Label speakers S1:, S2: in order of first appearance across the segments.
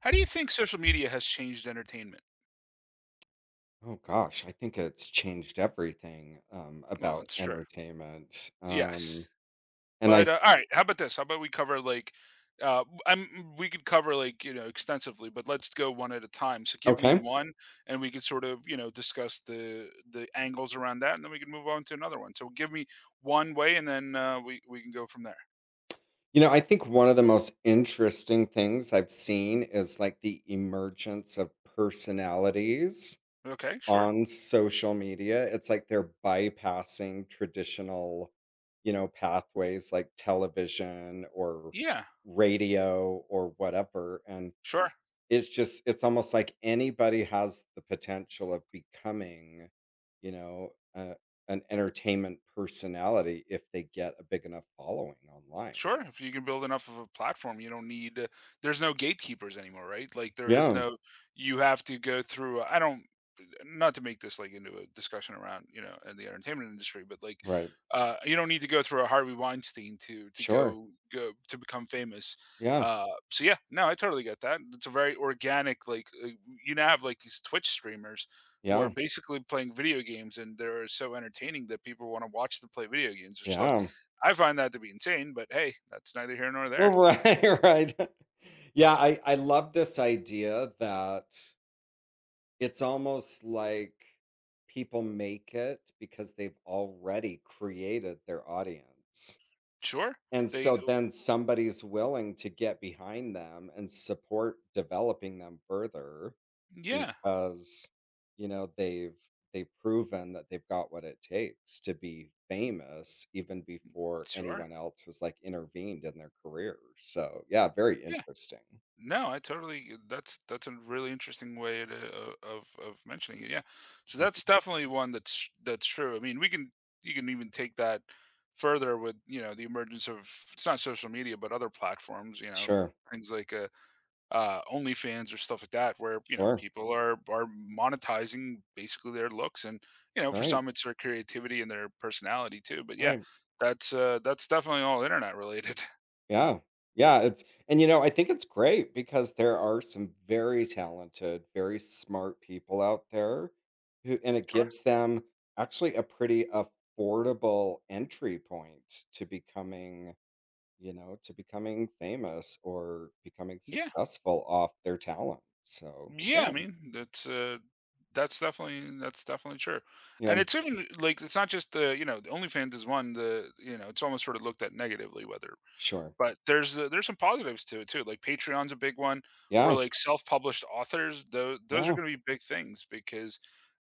S1: How do you think social media has changed entertainment?
S2: Oh gosh, I think it's changed everything,
S1: Well,
S2: about
S1: it's sure.
S2: entertainment,
S1: Yes.
S2: and
S1: But,
S2: I
S1: all right, how about this? How about we cover like I'm we could cover like, you know, extensively, but let's go one at a time. So give me
S2: okay.
S1: one, and we could sort of, you know, discuss the angles around that, and then we can move on to another one. So give me one way and then we can go from there.
S2: You know, I think one of the most interesting things I've seen is, like, the emergence of personalities
S1: Okay, sure.
S2: on social media. It's like they're bypassing traditional, pathways like television or
S1: Yeah,
S2: radio or whatever, and
S1: sure.
S2: it's just it's almost like anybody has the potential of becoming, a an entertainment personality if they get a big enough following online.
S1: Sure, if you can build enough of a platform, you don't need there's no gatekeepers anymore, right? Like there is
S2: Yeah,
S1: no, you have to go through. I don't Not to make this like into a discussion around, you know, in the entertainment industry, but like
S2: right.
S1: you don't need to go through a Harvey Weinstein to
S2: Sure.
S1: go go to become famous.
S2: Yeah,
S1: Uh so yeah, no, I totally get that. It's a very organic like you now have like these Twitch streamers who are
S2: yeah,
S1: basically playing video games, and they're so entertaining that people want to watch them play video games, which, look,
S2: yeah.
S1: I find that to be insane, but hey, that's neither here nor
S2: Well,
S1: there.
S2: right, right. Yeah, I love this idea that it's almost like people make it because they've already created their audience.
S1: Sure.
S2: And
S1: They
S2: so
S1: oh,
S2: then somebody's willing to get behind them and support developing them further
S1: yeah,
S2: because, you know, they've they've proven that they've got what it takes to be famous even before
S1: sure.
S2: anyone else has like intervened in their career. So yeah, very
S1: Yeah.
S2: interesting.
S1: No, I totally that's a really interesting way to of mentioning it, yeah. So that's definitely one that's true. I mean, we can, you can even take that further with, you know, the emergence of, it's not social media, but other platforms, you know,
S2: Sure.
S1: things like, OnlyFans or stuff like that where, you know,
S2: Sure.
S1: people are monetizing basically their looks and, you know,
S2: All
S1: for
S2: right.
S1: some it's their creativity and their personality too. But
S2: All
S1: yeah,
S2: right.
S1: that's that's definitely all internet related.
S2: Yeah. Yeah, it's and, I think it's great because there are some very talented, very smart people out there who and it
S1: Sure.
S2: gives them actually a pretty affordable entry point to becoming, to becoming famous or becoming
S1: Yeah.
S2: successful off their talent. So,
S1: Yeah, I
S2: yeah.
S1: mean, that's that's definitely true. And
S2: Yeah.
S1: it's even like it's not just the, you know, the OnlyFans is one, the, you know, it's almost sort of looked at negatively, whether.
S2: Sure.
S1: But there's some positives to it too, like Patreon's a big one, or
S2: Yeah.
S1: like self-published authors. Those are
S2: Yeah.
S1: gonna be big things because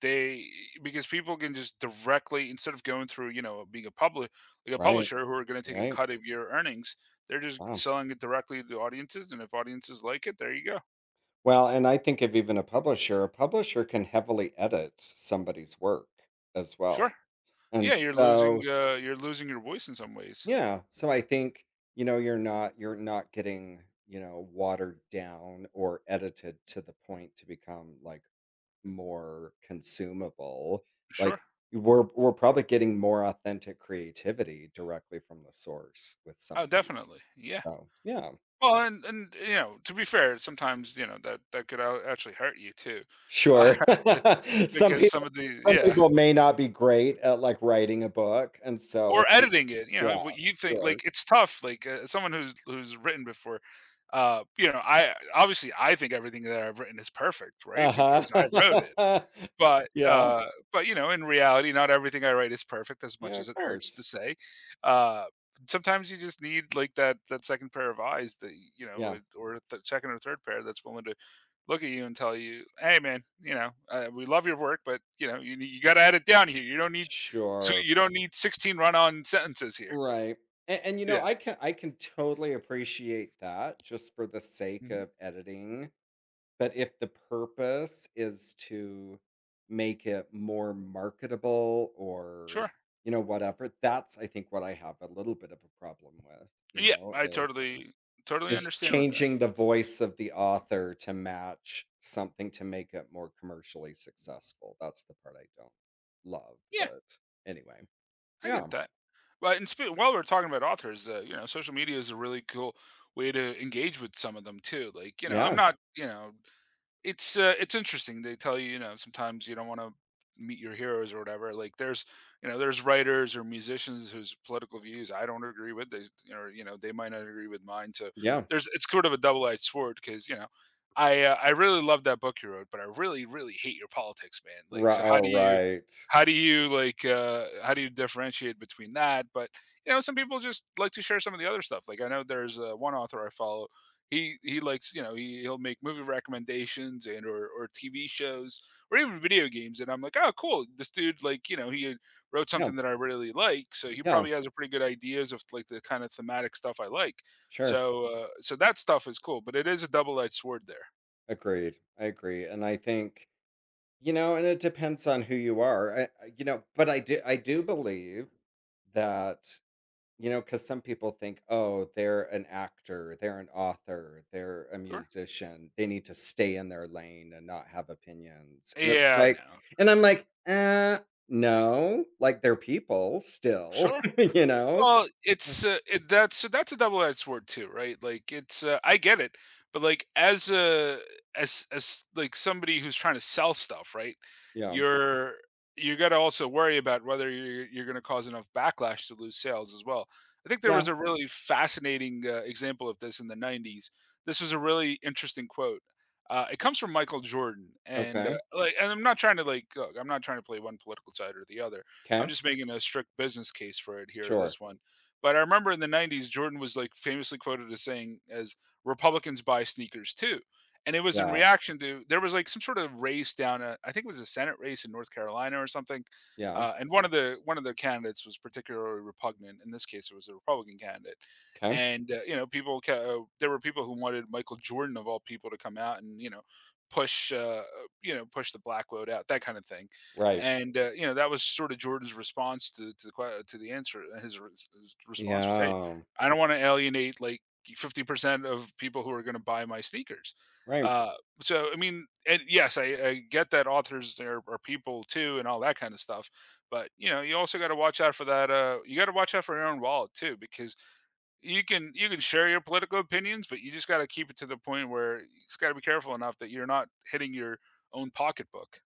S1: they, because people can just directly, instead of going through, you know, being a public, like a
S2: Right.
S1: publisher who are gonna take a
S2: Right.
S1: cut of your earnings, they're just
S2: Wow.
S1: selling it directly to audiences, and if audiences like it, there you go.
S2: Well, and I think of even a publisher can heavily edit somebody's work as well.
S1: Sure.
S2: And
S1: Yeah,
S2: so
S1: you're losing your voice in some ways.
S2: yeah, so I think, you're not getting, watered down or edited to the point to become like more consumable. Like
S1: Sure.
S2: we're probably getting more authentic creativity directly from the source with some
S1: Oh,
S2: of these.
S1: definitely. Yeah.
S2: So, yeah.
S1: Well, and you know, to be fair, sometimes, you know, that could a actually hurt you too.
S2: Sure. Some
S1: Because some
S2: people
S1: of the,
S2: some
S1: yeah,
S2: people may not be great at like writing a book, and so I
S1: or
S2: think
S1: editing it, you
S2: yeah,
S1: know, what you think,
S2: sure.
S1: like, it's tough, like, someone who's written before, you know, I, obviously, I think everything that I've written is perfect, right? Because I wrote it.
S2: Uh-huh.
S1: But,
S2: Yeah.
S1: you know, in reality, not everything I write is perfect, as much
S2: Yeah,
S1: as
S2: of
S1: it hurts to
S2: course.
S1: say. Uh, Sometimes you just need like that second pair of eyes that, y you know,
S2: Yeah.
S1: or the second or third pair that's willing to look at you and tell you, "Hey, man, you know, we love your work, but, you know, you gotta add it down here. You don't need, so
S2: Sure.
S1: you don't need 16 run-on sentences here."
S2: Right. And you know,
S1: Yeah.
S2: I can totally appreciate that just for the sake
S1: Mhm.
S2: of editing. But if the purpose is to make it more marketable or
S1: Sure.
S2: you know whatever, that's I think what I have a little bit of a problem with. You
S1: Yeah,
S2: know,
S1: I
S2: is
S1: totally totally
S2: is
S1: understand with that.
S2: changing the voice of the author to match something to make it more commercially successful. That's the part I don't love.
S1: Yeah.
S2: But anyway.
S1: I
S2: Yeah,
S1: get that. But, and while we're talking about authors, you know, social media is a really cool way to engage with some of them too. Like, you know, I'm
S2: yeah,
S1: not, you know, it's interesting. They tell you, you know, sometimes you don't want to meet your heroes or whatever. Like there's, you know, there's writers or musicians whose political views I don't agree with. They, or, you know, they might not agree with mine. So
S2: yeah.
S1: there's, it's sort of a double-edged sword because, you know, I really love that book you wrote, but I really, really hate your politics, man. Like,
S2: Ri
S1: so how
S2: oh,
S1: do you?
S2: right.
S1: How do you, like? How do you differentiate between that? But, you know, some people just like to share some of the other stuff. Like I know there's one author I follow. He likes, you know, he'll make movie recommendations, and or TV shows or even video games. And I'm like, oh, cool. This dude, like, you know, he wrote
S2: Yeah,
S1: something that I really like, so he
S2: yeah,
S1: probably has a pretty good ideas of like the kind of thematic stuff I like.
S2: sure.
S1: So that stuff is cool, but it is a double edged sword there.
S2: Agreed, I agree, and I think and it depends on who you are, I you know, but I do believe that, because some people think, "Oh, they're an actor, they're an author, they're a
S1: Sure.
S2: musician, they need to stay in their lane and not have opinions," and it's
S1: Yeah, I
S2: like
S1: know.
S2: and I'm
S1: Yeah,
S2: like, " no, like, they're people still,"
S1: sure.
S2: you know?
S1: Well,
S2: Uh,
S1: that's, so that's a double-edged sword too, right? Like it's I get it, but like as a, as as like somebody who's trying to sell stuff, right?
S2: yeah.
S1: You're, you got to also worry about whether you're going to cause enough backlash to lose sales as well. I think there
S2: Yeah.
S1: was a really fascinating example of this in the '90s. This was a really interesting quote. It comes from Michael Jordan,
S2: Okay.
S1: and
S2: Okay.
S1: like, and I'm not trying to, like, look, I'm not trying to play one political side or the other. I'm
S2: 'Kay.
S1: just making a strict business case for it here, this
S2: Sure.
S1: one. But I remember in the '90s, Jordan was like famously quoted as saying, as Republicans buy sneakers too. And it was
S2: Yeah.
S1: in
S2: Yeah.
S1: reaction to, there was like some sort of race down, a, I think it was a Senate race in North Carolina or something.
S2: Yeah.
S1: And one of the candidates was particularly repugnant. In this case, it was a Republican candidate,
S2: 'Kay.
S1: and you know, people there were people who wanted Michael Jordan of all people to come out and, you know, push you know, push the black vote out, that kind of thing.
S2: Right.
S1: And you know, that was sort of Jordan's response to to the answer. And his, his response was, "Hey,
S2: Yeah.
S1: I don't want to alienate like 50% of people who are going to buy my sneakers."
S2: Right.
S1: Uh, so I mean, and yes, I get that authors are people too, and all that kind of stuff. But, you know, you also got to watch out for that. You got to watch out for your own wallet too, because you can share your political opinions, but you just got to keep it to the point where you just got to be careful enough that you're not hitting your own pocketbook.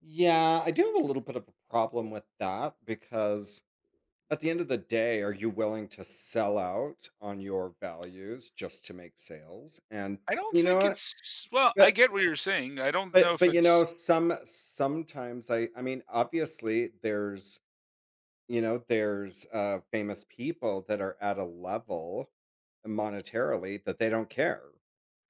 S2: Yeah, I do have a little bit of a problem with that because at the end of the day, are you willing to sell out on your values just to make sales? And
S1: I don't
S2: you know
S1: think
S2: what?
S1: it's, well, I
S2: But
S1: get what you're saying. I don't know
S2: but
S1: if
S2: but, you
S1: it's
S2: know, sometimes I mean, obviously there's, famous people that are at a level monetarily that they don't care.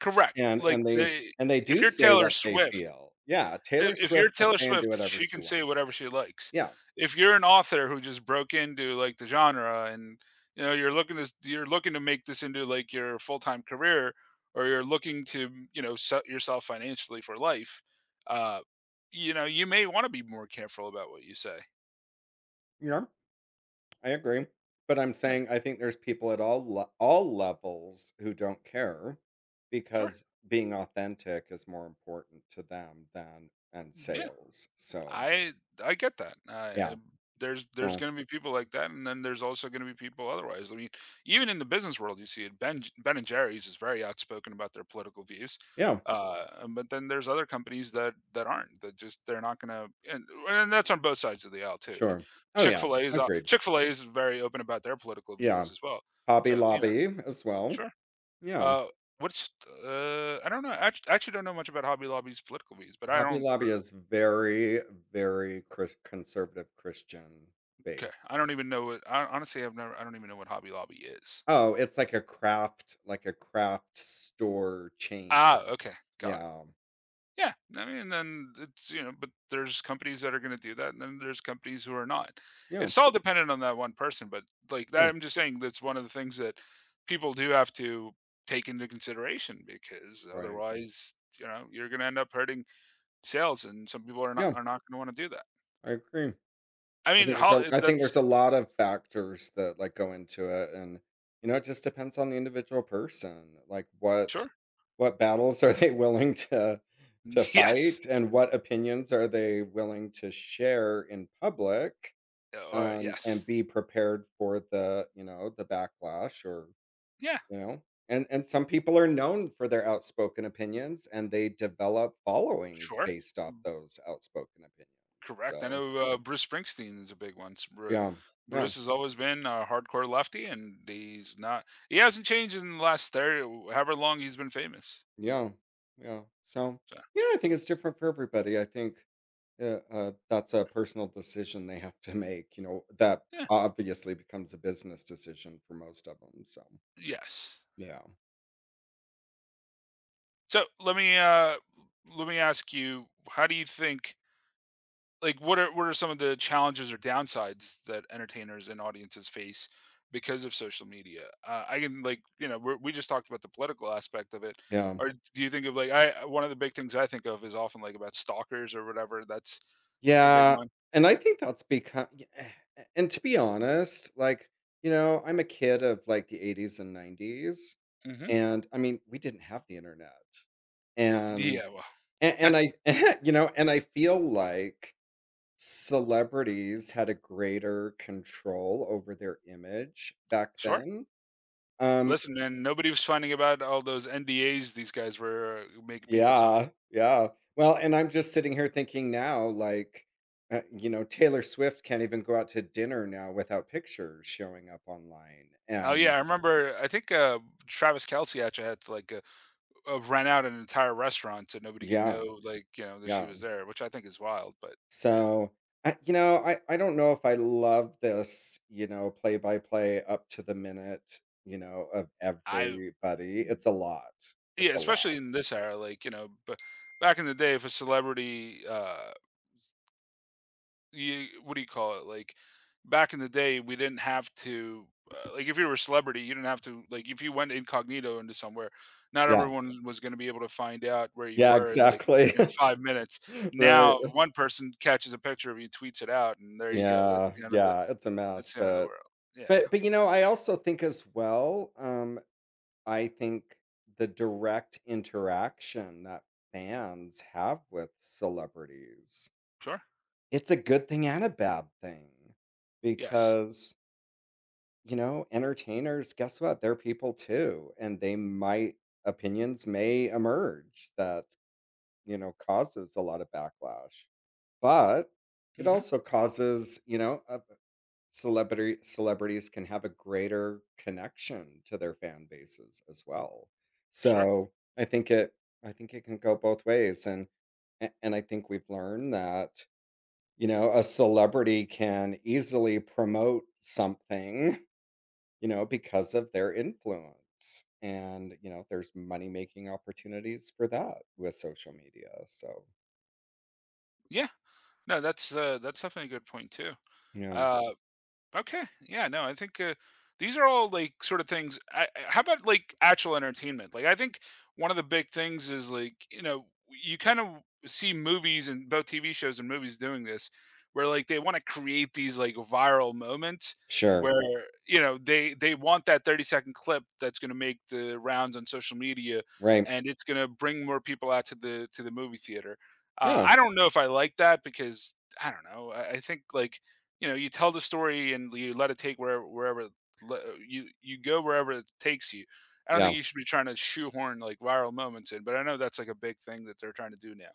S1: correct.
S2: And
S1: Like,
S2: and they
S1: they,
S2: and they
S1: if
S2: do
S1: you're
S2: say
S1: Taylor
S2: what they
S1: Swift,
S2: feel. Yeah,
S1: I
S2: Taylor
S1: if you're
S2: Swift will
S1: Taylor
S2: say and do
S1: Swift,
S2: whatever
S1: she
S2: she
S1: can
S2: wants.
S1: say whatever she likes.
S2: Yeah,
S1: If you're an author who just broke into, like, the genre and, you know, you're looking to, you're looking to make this into, like, your full-time career, or you're looking to, you know, set yourself financially for life, uh, you know, you may wanna be more careful about what you say.
S2: you know, I agree. But I'm
S1: Yeah,
S2: saying I think there's people at all levels who don't care
S1: sure.
S2: because being authentic is more important to them than and
S1: Yeah.
S2: sales. So,
S1: I I get that.
S2: yeah.
S1: I, there's
S2: So,
S1: going to be people like that, and then there's also going to be people otherwise. I mean, even in the business world, you see it. Ben and Jerry's is very outspoken about their political views,
S2: yeah,
S1: but then there's other companies that aren't. That just they're not going to, and that's on both sides of the aisle too. I mean,
S2: sure. Oh,
S1: Chick
S2: yeah,
S1: fil A is,
S2: agreed.
S1: Chick fil A is very open about their political views
S2: Yeah.
S1: as well.
S2: Hobby
S1: So you know,
S2: Lobby as well.
S1: sure.
S2: Yeah.
S1: Uh, what's I don't know. I actually don't know much about Hobby Lobby's political views, but I
S2: Hobby
S1: don't.
S2: Lobby is very, very Chris conservative Christian
S1: Okay,
S2: based.
S1: I don't even know what, I honestly, I've never, I don't even know what Hobby Lobby is.
S2: Oh, it's like a craft store chain.
S1: Ah, okay, got it.
S2: Yeah.
S1: Yeah, I mean, then it's, you know, but there's companies that are gonna do that, and then there's companies who are not.
S2: Yeah.
S1: It's all dependent on that one person, but, like,
S2: Yeah.
S1: that, I'm just saying, that's one of the things that people do have to take into consideration because
S2: Right.
S1: otherwise, you know, you're gonna end up hurting sales, and some people
S2: Yeah,
S1: are not gonna wanna do that.
S2: I agree.
S1: I mean, how,
S2: I think
S1: that's
S2: there's a lot of factors that, like, go into it, and, you know, it just depends on the individual person, like,
S1: sure.
S2: what battles are they willing to
S1: Yes.
S2: fight, and what opinions are they willing to share in public,
S1: Or yes.
S2: and be prepared for the, the backlash or
S1: Yeah,
S2: you know? And some people are known for their outspoken opinions, and they develop followings
S1: sure.
S2: based off those outspoken opinions.
S1: Correct. I
S2: So,
S1: know, Bruce Springsteen is a big one. S Bru
S2: yeah. Yeah.
S1: Bruce has always been a hardcore lefty, and he hasn't changed in the last 30, however long he's been famous.
S2: Yeah. Yeah. So,
S1: So,
S2: yeah, I think it's different for everybody. I think that's a personal decision they have to make, you know, that
S1: yeah.
S2: obviously becomes a business decision for most of them. So,
S1: Yes.
S2: yeah.
S1: So, let me ask you, how do you think, like, what are some of the challenges or downsides that entertainers and audiences face because of social media? I can, like, you know, we just talked about the political aspect of it,
S2: Yeah.
S1: or do you think of like, I one of the big things I think of is often like about stalkers or whatever. That's a big
S2: Yeah,
S1: one.
S2: and I think that's become y eh, a and to be honest, like, you know, I'm a kid of, like, the ‘80s and ‘90s,
S1: Hmm.
S2: and, I mean, we didn't have the internet, and
S1: Yeah, well.
S2: and I you know, and I feel like celebrities had a greater control over their image back
S1: Sure,
S2: then, um,
S1: listen, man, nobody was finding about all those ndas these guys were making people sign.
S2: yeah, yeah. Well, and I'm just sitting here thinking now, like, you know, Taylor Swift can't even go out to dinner now without pictures showing up online,
S1: Oh yeah,
S2: and
S1: I remember, I think Travis Kelsey actually had to like rent out an entire restaurant so nobody could
S2: yeah,
S1: know, like, you know, that she
S2: yeah.
S1: was there, which I think is wild. But yeah,
S2: So, I you know, I don't know if I love this, you know, play-by-play up to the minute, you know, of
S1: I
S2: everybody.
S1: Mm.
S2: It's a lot. It's
S1: Yeah,
S2: a lot.
S1: especially in this era, like, you know, but back in the day, if a celebrity, you, what do you call it? Like back in the day, we didn't have to. Like, if you were a celebrity, you didn't have to. Like, if you went incognito into somewhere, not
S2: Yeah.
S1: everyone was going to be able to find out where you
S2: Yeah,
S1: were in like,
S2: exactly.
S1: in 5 minutes. Now, if
S2: Right.
S1: one person catches a picture of you, tweets it out, and there you go. That's
S2: Yeah,
S1: the end of the.
S2: yeah, it's a mess,
S1: That's the end of the
S2: but
S1: world. Yeah.
S2: you know, I also think as well, I think the direct interaction that fans have with celebrities,
S1: Sure.
S2: it's a good thing and a bad thing
S1: Yes.
S2: because, you know, entertainers, guess what? They're people too. And opinions may emerge that, you know, causes a lot of backlash. But it
S1: Mhm.
S2: also causes, you know, a Celebrity celebrities can have a greater connection to their fan bases as well.
S1: Sure.
S2: So, I think it I think it can go both ways, and a and I think we've learned that, you know, a celebrity can easily promote something, you know, because of their influence, and, you know, there's money-making opportunities for that with social media, so,
S1: Yeah. No, that's definitely a good point too.
S2: you know.
S1: Uh Okay. Yeah. No, I think these are all like sort of things. How about like actual entertainment? Like, I think one of the big things is like, you know, you kind of see movies and both TV shows and movies doing this where, like, they want to create these like viral moments
S2: Sure.
S1: where, you know, they want that 30-second clip that's going to make the rounds on social media,
S2: Right.
S1: and it's going to bring more people out to the movie theater.
S2: Yeah.
S1: I don't know if I like that because I don't know, I think like, you know, you tell the story and you let it take wherever, you, you go wherever it takes you. I don't
S2: Yeah.
S1: think you should be trying to shoehorn like viral moments in, but I know that's like a big thing that they're trying to do now.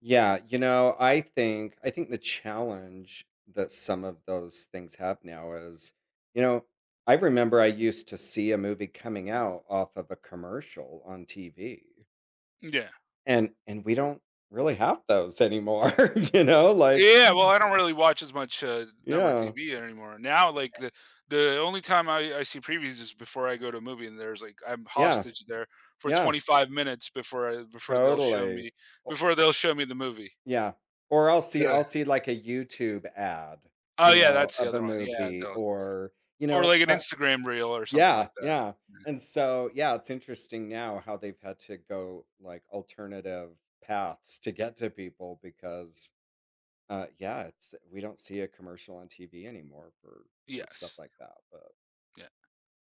S2: Yeah, you know, I think the challenge that some of those things have now is, you know, I remember I used to see a movie coming out off of a commercial on TV.
S1: Yeah.
S2: And we don't really have those anymore, you know? Like,
S1: Yeah, well, I don't really watch as much network
S2: yeah.
S1: TV anymore. Now, like the only time I see previews is before I go to a movie, and there's like I'm
S2: Yeah.
S1: hostage there for
S2: Yeah.
S1: 25 minutes before I,
S2: Totally. O-
S1: before they'll show me the movie.
S2: yeah. Or
S1: That
S2: I'll see like a YouTube ad, you
S1: oh yeah,
S2: know,
S1: that's the
S2: of a
S1: other one. Yeah,
S2: movie
S1: the,
S2: or, you
S1: or
S2: know,
S1: like an
S2: but
S1: Instagram reel or something
S2: yeah,
S1: like that.
S2: yeah. And so, yeah, it's interesting now how they've had to go like alternative paths to get to people because yeah, it's we don't see a commercial on TV anymore for stuff
S1: Yes.
S2: like that.
S1: Yeah.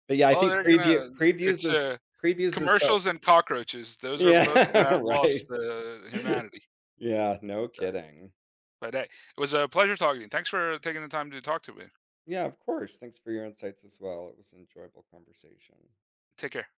S2: But yeah, I
S1: Well,
S2: think
S1: they're
S2: preview
S1: gonna, it's, uh,
S2: previews is to
S1: commercials and cockroaches, those are both gonna
S2: Yeah,
S1: outlast,
S2: right.
S1: humanity.
S2: Yeah, no
S1: So,
S2: kidding.
S1: but, hey, it was a pleasure talking to you. Thanks for taking the time to talk to me.
S2: Yeah, of course. Thanks for your insights as well. It was an enjoyable conversation.
S1: Take care.